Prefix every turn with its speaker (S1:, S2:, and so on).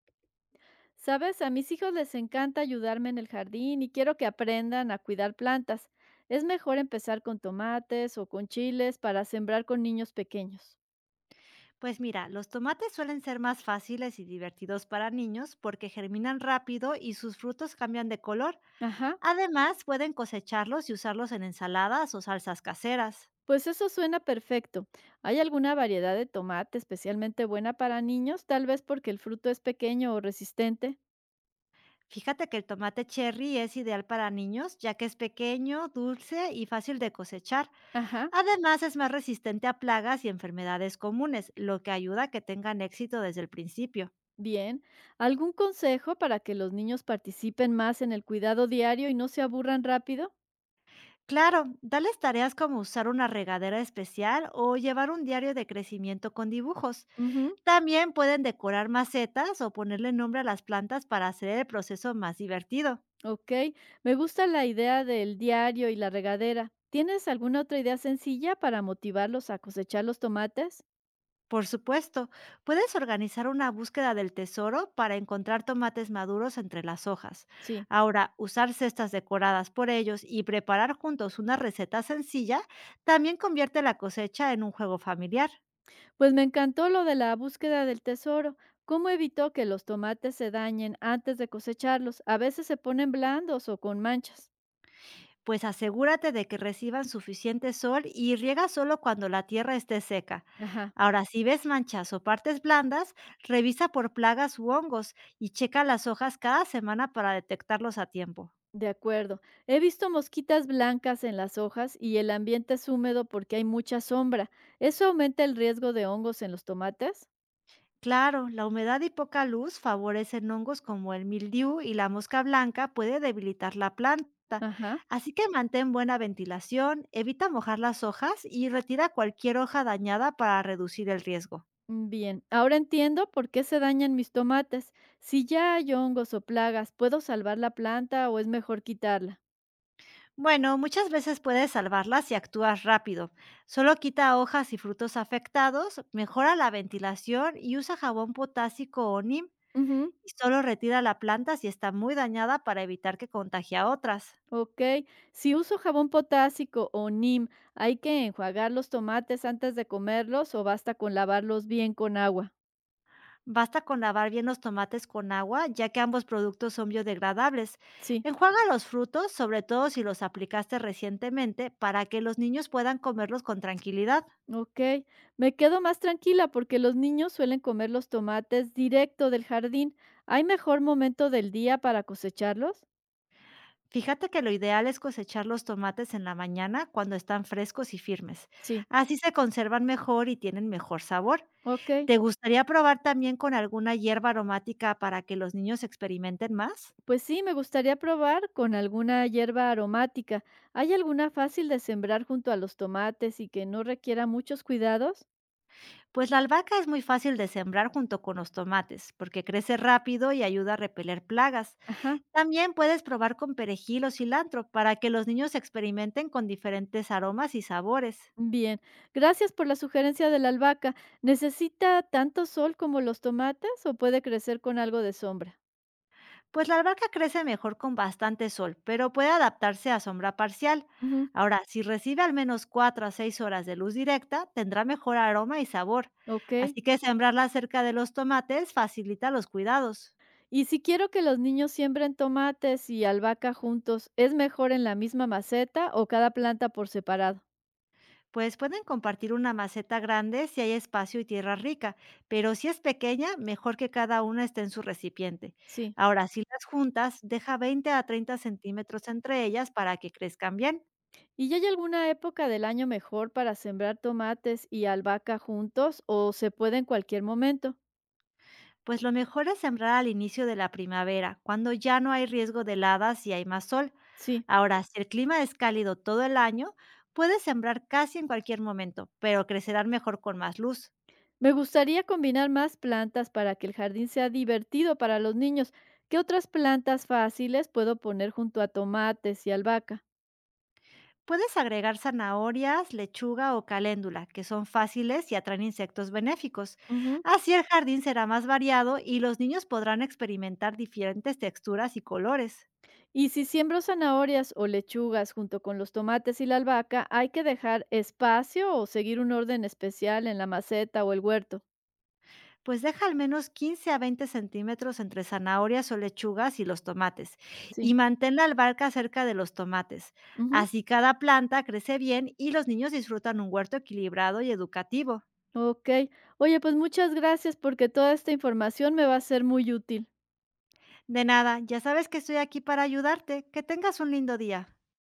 S1: Sabes, a mis hijos les encanta ayudarme en el jardín y quiero que aprendan a cuidar plantas. Es mejor empezar con tomates o con chiles para sembrar con niños pequeños.
S2: Pues mira, los tomates suelen ser más fáciles y divertidos para niños porque germinan rápido y sus frutos cambian de color.
S1: Ajá,
S2: Además, pueden cosecharlos y usarlos en ensaladas o salsas caseras.
S1: pues eso suena perfecto. ¿Hay alguna variedad de tomate especialmente buena para niños? Tal vez porque el fruto es pequeño o resistente.
S2: Fíjate que el tomate cherry es ideal para niños ya que es pequeño, dulce y fácil de cosechar.
S1: Ajá,
S2: Además, es más resistente a plagas y enfermedades comunes, lo que ayuda a que tengan éxito desde el principio.
S1: bien. ¿Algún consejo para que los niños participen más en el cuidado diario y no se aburran rápido?
S2: Claro, darles tareas como usar una regadera especial o llevar un diario de crecimiento con dibujos.
S1: Ujú.
S2: También pueden decorar macetas o ponerle nombre a las plantas para hacer el proceso más divertido.
S1: Ok, me gusta la idea del diario y la regadera. ¿Tienes alguna otra idea sencilla para motivarlos a cosechar los tomates?
S2: Por supuesto, puedes organizar una búsqueda del tesoro para encontrar tomates maduros entre las hojas.
S1: Sí,
S2: Ahora, usar cestas decoradas por ellos y preparar juntos una receta sencilla también convierte la cosecha en un juego familiar.
S1: pues me encantó lo de la búsqueda del tesoro. ¿Cómo evitó que los tomates se dañen antes de cosecharlos? A veces se ponen blandos o con manchas.
S2: Pues asegúrate de que reciban suficiente sol y riega solo cuando la tierra esté seca.
S1: Ajá,
S2: Ahora, si ves manchas o partes blandas, revisa por plagas u hongos y checa las hojas cada semana para detectarlos a tiempo.
S1: de acuerdo. He visto mosquitas blancas en las hojas y el ambiente es húmedo porque hay mucha sombra. ¿Eso aumenta el riesgo de hongos en los tomates?
S2: Claro, la humedad y poca luz favorecen hongos como el mildiu y la mosca blanca puede debilitar la planta.
S1: Ajá.
S2: Así que mantén buena ventilación, evita mojar las hojas y retira cualquier hoja dañada para reducir el riesgo.
S1: Bien, ahora entiendo por qué se dañan mis tomates. Si ya hay hongos o plagas, ¿puedo salvar la planta o es mejor quitarla?
S2: Bueno, muchas veces puedes salvarlas si actúas rápido. Solo quita hojas y frutos afectados, mejora la ventilación y usa jabón potásico o NIM.
S1: Ujú,
S2: Y solo retira la planta si está muy dañada para evitar que contagie a otras.
S1: ok, si uso jabón potásico o NIM, ¿hay que enjuagar los tomates antes de comerlos o basta con lavarlos bien con agua?
S2: Basta con lavar bien los tomates con agua, ya que ambos productos son biodegradables.
S1: Sí,
S2: Enjuaga los frutos, sobre todo si los aplicaste recientemente, para que los niños puedan comerlos con tranquilidad.
S1: ok. Me quedo más tranquila porque los niños suelen comer los tomates directo del jardín. ¿Hay mejor momento del día para cosecharlos?
S2: Fíjate que lo ideal es cosechar los tomates en la mañana cuando están frescos y firmes.
S1: Sí,
S2: Así se conservan mejor y tienen mejor sabor.
S1: ok.
S2: ¿Te gustaría probar también con alguna hierba aromática para que los niños experimenten más?
S1: Pues sí, me gustaría probar con alguna hierba aromática. ¿Hay alguna fácil de sembrar junto a los tomates y que no requiera muchos cuidados?
S2: Pues la albahaca es muy fácil de sembrar junto con los tomates, porque crece rápido y ayuda a repeler plagas.
S1: Ajá,
S2: También puedes probar con perejil o cilantro para que los niños experimenten con diferentes aromas y sabores.
S1: bien. Gracias por la sugerencia de la albahaca. ¿Necesita tanto sol como los tomates o puede crecer con algo de sombra?
S2: Pues la albahaca crece mejor con bastante sol, pero puede adaptarse a sombra parcial.
S1: Ujú,
S2: Ahora, si recibe al menos 4 a 6 horas de luz directa, tendrá mejor aroma y sabor.
S1: ok.
S2: Así que sembrarla cerca de los tomates facilita los cuidados.
S1: Y si quiero que los niños siembren tomates y albahaca juntos, ¿es mejor en la misma maceta o cada planta por separado?
S2: Pues pueden compartir una maceta grande si hay espacio y tierra rica, pero si es pequeña, mejor que cada una esté en su recipiente.
S1: Sí.
S2: Ahora, si las juntas, deja 20 a 30 centímetros entre ellas para que crezcan bien.
S1: ¿Y ya hay alguna época del año mejor para sembrar tomates y albahaca juntos o se puede en cualquier momento?
S2: Pues lo mejor es sembrar al inicio de la primavera, cuando ya no hay riesgo de heladas y hay más sol.
S1: Sí.
S2: Ahora, si el clima es cálido todo el año, puedes sembrar casi en cualquier momento, pero crecerán mejor con más luz.
S1: Me gustaría combinar más plantas para que el jardín sea divertido para los niños. ¿Qué otras plantas fáciles puedo poner junto a tomates y albahaca?
S2: Puedes agregar zanahorias, lechuga o caléndula, que son fáciles y atraen insectos benéficos.
S1: Ujú.
S2: Así el jardín será más variado y los niños podrán experimentar diferentes texturas y colores.
S1: Y si siembro zanahorias o lechugas junto con los tomates y la albahaca, ¿hay que dejar espacio o seguir un orden especial en la maceta o el huerto?
S2: Pues deja al menos 15 a 20 centímetros entre zanahorias o lechugas y los tomates y
S1: Sí.
S2: mantén la albarca cerca de los tomates.
S1: Ujú.
S2: Así cada planta crece bien y los niños disfrutan un huerto equilibrado y educativo.
S1: Okey. Oye, pues muchas gracias porque toda esta información me va a ser muy útil.
S2: De nada, ya sabes que estoy aquí para ayudarte. Que tengas un lindo día.